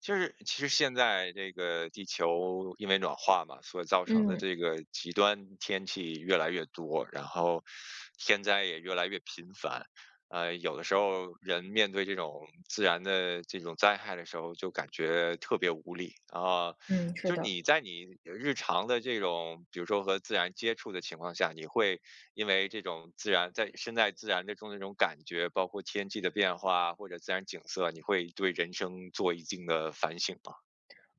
就是，其实现在这个地球因为暖化嘛，所造成的嗯这个极端天气越来越多，然后天灾也越来越频繁。有的时候人面对这种自然的这种灾害的时候，就感觉特别无力啊、嗯，是就是的。你在日常的这种，比如说和自然接触的情况下，你会因为这种自然身在自然的中那种感觉，包括天气的变化或者自然景色，你会对人生做一定的反省吗？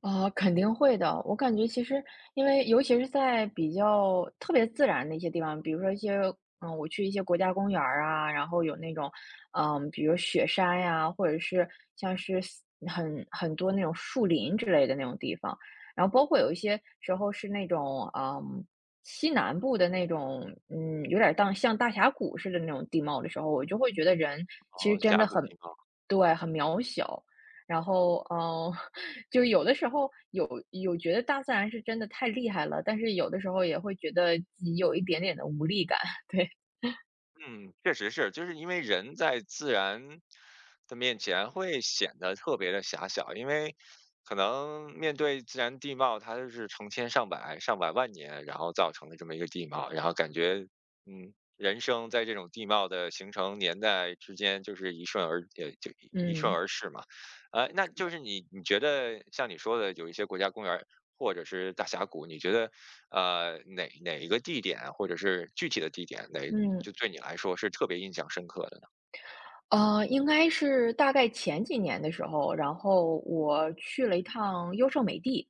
啊，肯定会的。我感觉其实因为尤其是在比较特别自然的一些地方，比如说一些我去一些国家公园儿啊，然后有那种比如雪山呀，或者是像是很多那种树林之类的那种地方，然后包括有一些时候是那种西南部的那种有点儿像大峡谷似的那种地貌的时候，我就会觉得人然其后实真峡的谷情况对，很渺小。然后，就有的时候有觉得大自然是真的太厉害了，但是有的时候也会觉得自己有一点点的无力感，对，嗯，确实是，就是因为人在自然的面前会显得特别的狭小，因为可能面对自然地貌，它就是成千上百、上百万年，然后造成的这么一个地貌，然后感觉，嗯，人生在这种地貌的形成年代之间，就是一瞬而呃，就一一瞬嗯。而逝嘛。那就是你觉得像你说的，有一些国家公园儿或者是大峡谷，你觉得？哪一个地点，或者是具体的地点，哪嗯就嗯，对你来说是特别印象深刻的呢？应该是大概前几年的时候，然后我去了一趟优胜美地。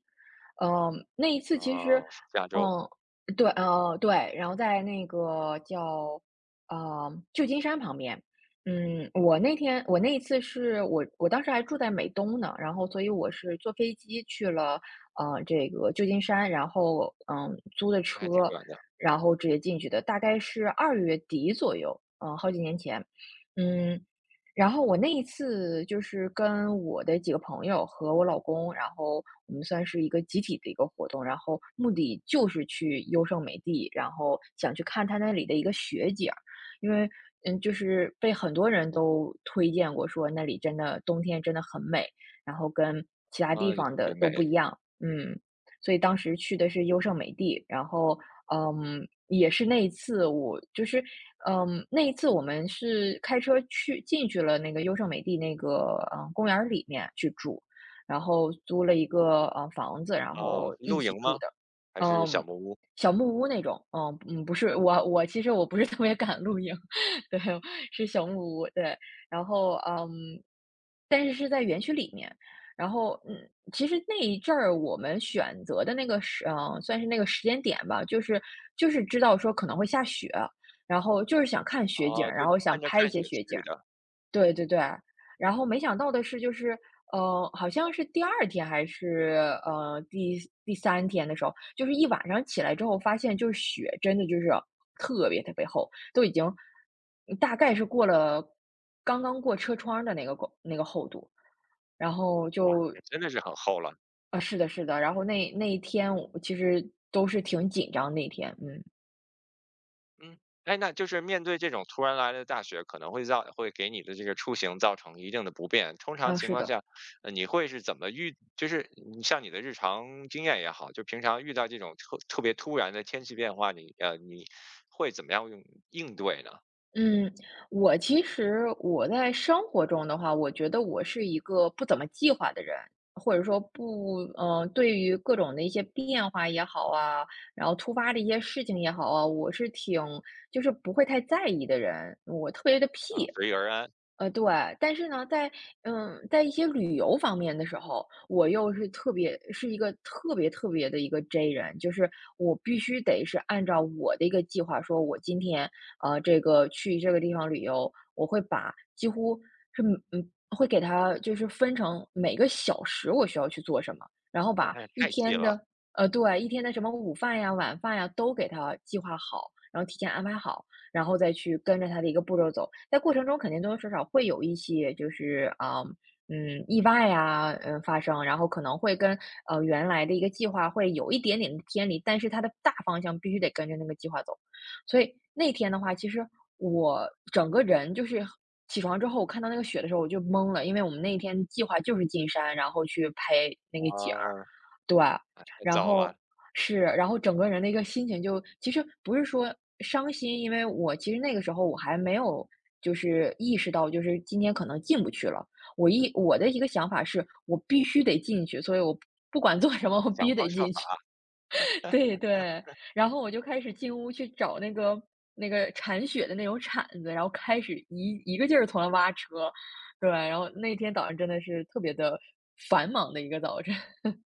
那一次其实啊，加州，嗯，对，对，然后在那个叫，旧金山旁边。嗯，我那一次是我当时还住在美东呢，然后所以我是坐飞机去了，这个旧金山，然后，租的那还挺车，远的，然后直接进去的，大概是二月底左右，好几年前。嗯，然后我那一次就是跟我的几个朋友和我老公，然后我们算是一个集体的一个活动，然后目的就是去优胜美地，然后想去看他那里的一个雪景儿，因为就是被很多人都推荐过，说那里真的冬天真的很美，然后跟其他地啊，就特方别的美。都不一样，嗯。所以当时去的是优胜美地，然后，也是那一次我们是开车去进去了那个优胜美地那个，公园儿里面去住，然后租了一个，房子，然哦，后一露起营住吗？的。还是小嗯，木屋？小木屋那种。嗯嗯，不是，我其实我不是特别敢露营，对，是小木屋，对。然后，嗯，但是是在园区里面，然后，其实那一阵儿我们选择的那个时嗯，算是那个时间点吧，就是知道说可能会下雪，然后就是想看雪景哦，儿，就然后想奔着拍一看些雪去雪景儿。的，对对对，然后没想到的是，就是好像是第二天还是，呃，第第三天的时候，就是一晚上起来之后发现就是雪真的就是特别特别厚，都已经大概是过了刚刚过车窗儿的那个厚度，然后就也真的是很厚了。是的，是的，然后那一天我其实都是挺紧张那一天，嗯，嗯，哎，那就是面对这种突然来的大雪，可能会给你的这个出行造成一定的不便。通常啊，情是况的。下，你会是怎么遇就是你像你的日常经验也好，就平常遇到这种特别突然的天气变化，你会怎么样用应对呢？嗯，我其实我在生活中的话，我觉得我是一个不怎么计划的人，或者说不，对于各种的一些变化也好啊，然后突发的一些事情也好啊，我是挺就是不会太在意的人，我特别的啊，屁。随遇而安？呃，对，但是呢，在一些旅游方面的时候，我又是特别是一个特别特别的一个 J 人，就是我必须得是按照我的一个计划，说我今天去这个地方旅游，我会把几乎是嗯，会给它就是分成每个小时我需要去做什么，然后那把还一太细天了，的呃，对，一天的什么午饭呀、晚饭呀都给它计划好，然后提前安排好，然后再去跟着它的一个步骤走。在过程中肯定多多少少会有一些就是啊。意外呀发生，然后可能会跟原来的一个计划会有一点点的偏离，但是它的大方向必须得跟着那个计划走。所以那天的话，其实我整个人就是起床之后，我看到那个雪的时候我就懵了，因为我们那一天计划就是进山，然后去拍那个景儿，啊，对，太然糟了，后是，然后整个人的一个心情就其实不是说伤心，因为我其实那个时候我还没有就是意识到，就是今天可能进不去了。我的一个想法是我必须得进去，所以我不管做什么，我必想须方得设进去。法。对对，然后我就开始进屋去找那个铲雪的那种铲子，然后开始一个劲儿从那挖车，对，然后那天早上真的是特别的繁忙的一个早晨，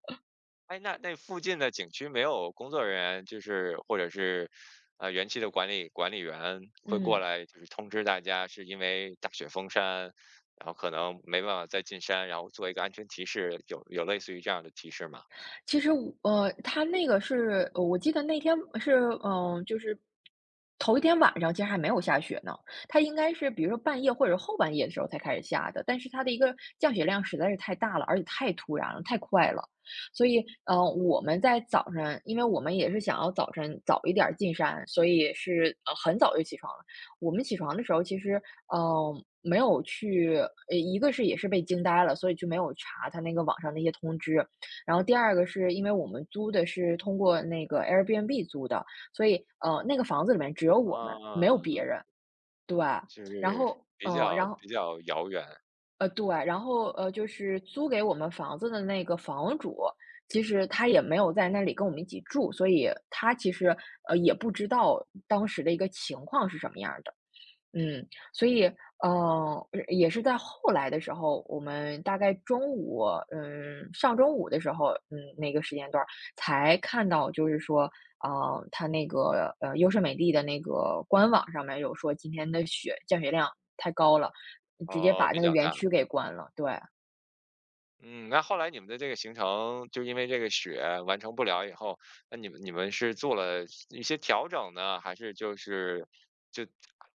哎，那那附近的景区没有工作人员，就是或者是，园区的管理员会过嗯。来，就是通知大家，是因为大雪封山，然后可能没办法再进山，然后做一个安全提示，有类似于这样的提示吗？其实我他那个是我记得那天是就是头一天晚上其实还没有下雪呢，它应该是比如说半夜或者后半夜的时候才开始下的，但是它的一个降雪量实在是太大了，而且太突然了，太快了。所以，我们在早晨，因为我们也是想要早晨早一点儿进山，所以是很早就起床了。我们起床的时候，其实，没有去，一个是也是被惊呆了，所以就没有查他那个网上那些通知。然后第二个是因为我们租的是通过那个 Airbnb 租的，所以那个房子里面只有我们，没有啊，别人。对，就然是后比较比较遥远，对，就是租给我们房子的那个房主，其实他也没有在那里跟我们一起住，所以他其实也不知道当时的一个情况是什么样的。嗯，所以，也是在后来的时候，我们大概中午，嗯，上中午的时候，那个时间段儿才看到，就是说，它那个优胜美地的那个官网上面有说今天的雪降雪量太高了，直接哦，把比那个较园大。区给关了，对。嗯，那后来你们的这个行程就因为这个雪完成不了以后，那你们是做了一些调整呢，还是就是就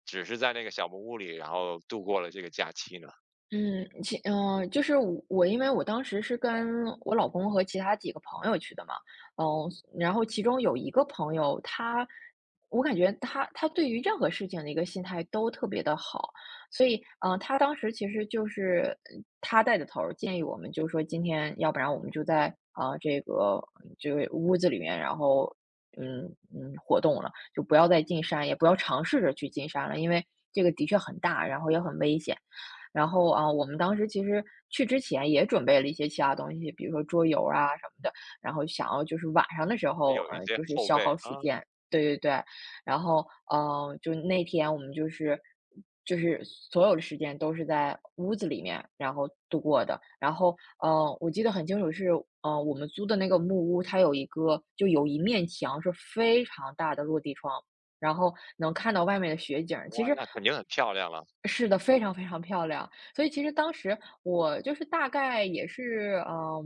只是在那个小木屋里，然后度过了这个假期呢？就是我因为我当时是跟我老公和其他几个朋友去的嘛，嗯，然后其中有一个朋友，我感觉他对于任何事情的一个心态都特别的好，所以他当时其实就是他带的头儿，建议我们就说今天要不然我们就在这个屋子里面，然后嗯活动了，就不要再进山，也不要尝试着去进山了，因为这个的确很大，然后也很危险。然后啊，我们当时其实去之前也准备了一些其他东西，比如说桌游啊什么的，然后想要就是晚上的时还候，有一些就是后消背耗啊，时间。对对对，然后嗯就那天我们就是所有的时间都是在屋子里面，然后度过的。然后我记得很清楚是，我们租的那个木屋，它有一个就有一面墙是非常大的落地窗。然后能看到外面的雪景儿。其哇，实那肯定很漂亮了。是的，非常非常漂亮。所以其实当时我就是大概也是，嗯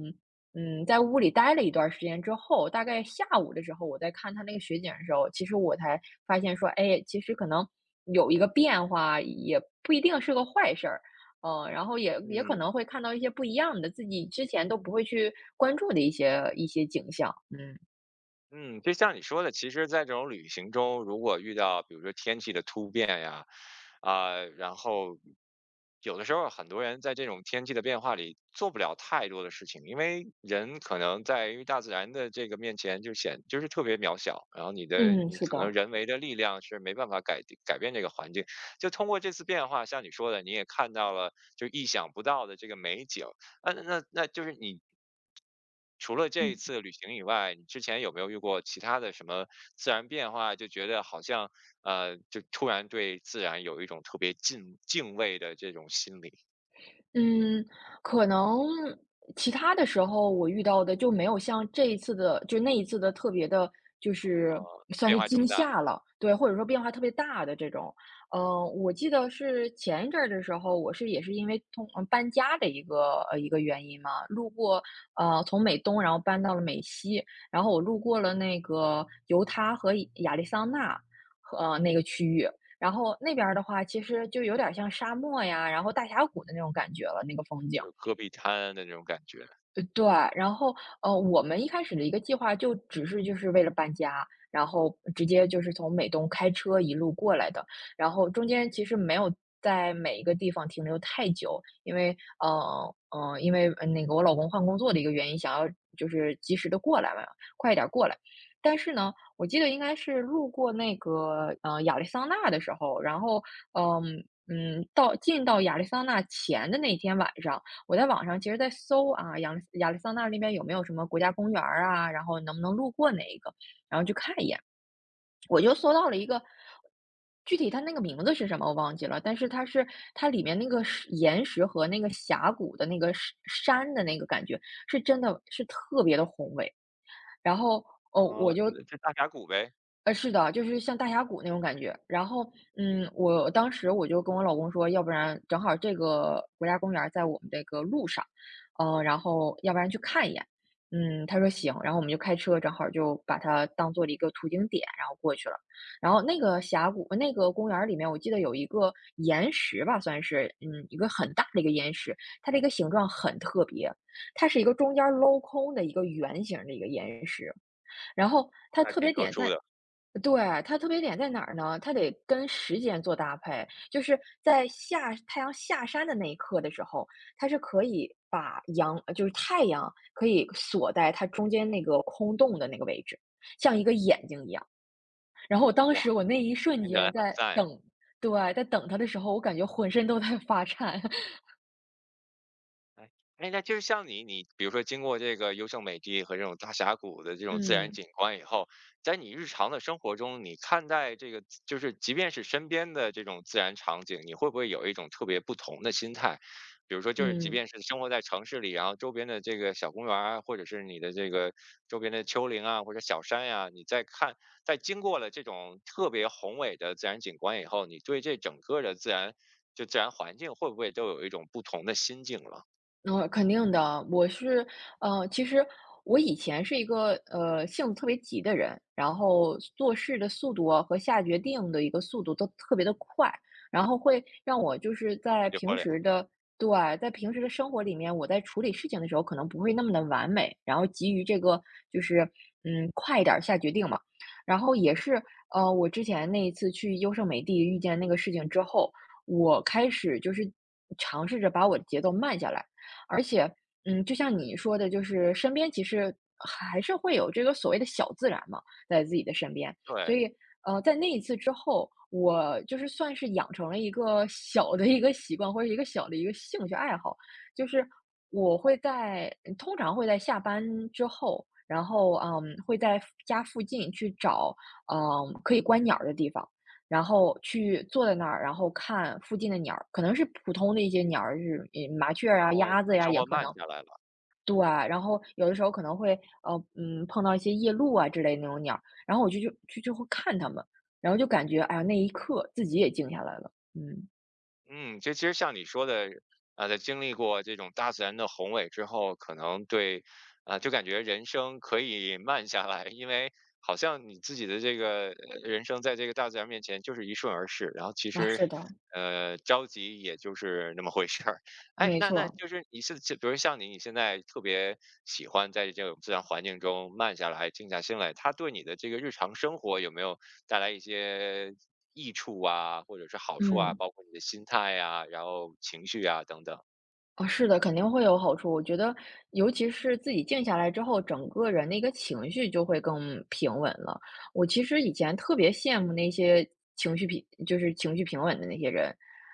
嗯，在屋里待了一段时间之后，大概下午的时候，我在看他那个雪景的时候，其实我才发现说，哎，其实可能有一个变化，也不一定是个坏事儿。嗯，然后也可嗯。能会看到一些不一样的，自己之前都不会去关注的一些景象。嗯嗯，就像你说的，其实在这种旅行中，如果遇到比如说天气的突变呀，啊、然后有的时候很多人在这种天气的变化里做不了太多的事情，因为人可能在于大自然的这个面前就是特别渺小，然后你的嗯，你是可能的。人为的力量是没办法改变这个环境。就通过这次变化，像你说的，你也看到了就意想不到的这个美景。啊那就是你除了这一嗯。次旅行以外，你之前有没有遇过其他的什么自然变化，就觉得好像就突然对自然有一种特别敬畏的这种心理嗯，可能其他的时候我遇到的就没有像这一次的那一次的特别的，就啊？是算变是化这么惊大，吓了，对，或者说变化特别大的这种。我记得是前一阵儿的时候，我是也是因为搬家的一个一个原因嘛，路过从美东然后搬到了美西，然后我路过了那个犹他和亚利桑那，那个区域。然后那边儿的话，其实就有点像沙漠呀，然后大峡谷的那种感觉了，那个风景。就是戈壁滩的那种感觉啊。对，然后，我们一开始的一个计划就只是就是为了搬家，然后直接就是从美东开车一路过来的，然后中间其实没有在每一个地方停留太久，因为，因为那个我老公换工作的一个原因，想要就是及时的过来嘛，快一点儿过来。但是呢，我记得应该是路过那个亚利桑那的时候，然后，嗯嗯，到进到亚利桑那前的那天晚上。我在网上其实在搜啊，亚利桑那那边有没有什么国家公园儿啊，然后能不能路过哪一个，然后去看一眼。我就搜到了一个，具体它那个名字是什么我忘记了，但是它是它里面那个岩石和那个峡谷的那个石山的那个感觉，是真的是特别的宏伟。然后，哦，我就那就大峡谷呗，是的，就是像大峡谷那种感觉。然后，嗯，我当时我就跟我老公说，要不然正好这个国家公园儿在我们这个路上，然后要不然去看一眼。嗯，他说行，然后我们就开车，正好就把它当做了一个途经点，然后过去了。然后那个峡谷，那个公园儿里面，我记得有一个岩石吧，算是，嗯，一个很大的一个岩石，它这个形状很特别，它是一个中间儿镂空的一个圆形的一个岩石。然后那它还特挺别特点殊在的。对，它特别点在哪儿呢？它得跟时间做搭配，就是在太阳下山的那一刻的时候，它是可以把就是太阳可以锁在它中间那个空洞的那个位置，像一个眼睛一样。然后我当哇，时我那一瞬听起来间很在赞呀。等对，在等它的时候，我感觉浑身都在发颤。哎，哎，那就是像你，你比如说经过这个优胜美地和这种大峡谷的这种自然嗯，景观以后，在你日常的生活中，你看待这个就是即便是身边的这种自然场景，你会不会有一种特别不同的心态？比如说，就是即嗯。便是生活在城市里，然后周边的这个小公园儿啊，或者是你的这个周边的丘陵啊，或者小山呀、你在看，在经过了这种特别宏伟的自然景观以后，你对这整个的自然就自然环境会不会都有一种不同的心境了？那肯定的，我是，其实我以前是一个性子特别急的人，然后做事的速度啊和下决定的一个速度都特别的快，然后会让我就是我在就喝平凉，时的，对，在平时的生活里面，我在处理事情的时候可能不会那么的完美，然后急于这个就是嗯快一点儿下决定嘛，然后也是我之前那一次去优胜美地遇见那个事情之后，我开始就是尝试着把我的节奏慢下来。而且，嗯，就像你说的，就是身边其实还是会有这个所谓的小自然嘛，在自己的身边。对，所然以，在那一次之后，我就是算是养成了一个小的一个习惯，或者一个小的一个兴趣爱好，就是我会在通常会在下班之后，然后嗯，会在家附近去找嗯可以观鸟儿的地方。然后去坐在那儿，然后看附近的鸟儿，可能是普通的一些鸟儿，就是嗯麻雀儿啊、后就鸭把子呀、生也活可慢能。下来了。对，然后有的时候可能会碰到一些夜鹭啊之类的那种鸟儿，然后我就会看它们，然后就感觉哎呀那一刻自己也静下来了，嗯，嗯，这其实像你说的，啊、在经历过这种大自然的宏伟之后，可能对，啊、就感觉人生可以慢下来，因为好像你自己的这个人生在这个大自然面前就是一瞬而逝，然后其啊实。是的，着急也就是那么回事儿。哎，没那那错，就是你是，就比如像你，你现在特别喜欢在这种自然环境中慢下来、静下心来，它对你的这个日常生活有没有带来一些益处啊，或者是好处啊，嗯。包括你的心态呀，然后情绪啊等等。啊，是的，肯定会有好处。我觉得，尤其是自己静下来之后，整个人的一个情绪就会更平稳了。我其实以前特别羡慕那些情绪平，就是情绪平稳的那些人，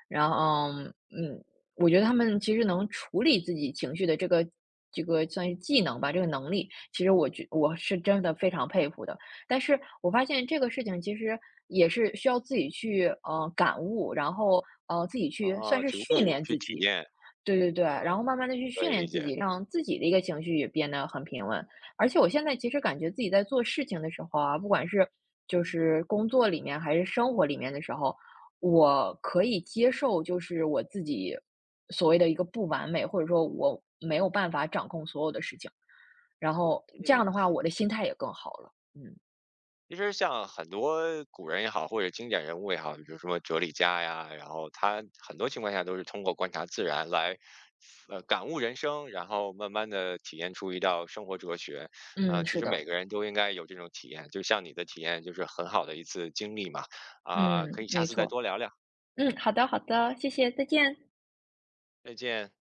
然后，嗯嗯我觉得他们其实能处理自己情绪的这个这个算是技能吧，这个能力，其实我是真的非常佩服的。但是我发现这个事情其实也是需要自己去感悟，然后自己去算啊，是去训悟，练去自体己。验，对对对，嗯，然后慢慢的去可训以理练自解。己，让自己的一个情绪也变得很平稳。而且我现在其实感觉自己在做事情的时候啊，不管是就是工作里面还是生活里面的时候，我可以接受就是我自己所谓的一个不完美，或者说我没有办法掌控所有的事情。然后这嗯，样的话，我的心态也更好了。嗯，其实像很多古人也好，或者经典人物也好，比如说哲理家呀，然后他很多情况下都是通过观察自然来，感悟人生，然后慢慢的体验出一道生活哲学。啊、嗯，其是实的，每个人都应该有这种体验，就像你的体验就是很好的一次经历嘛。啊、嗯，可以下没次再错。多聊聊，嗯，好的好的，谢谢，再见。再见。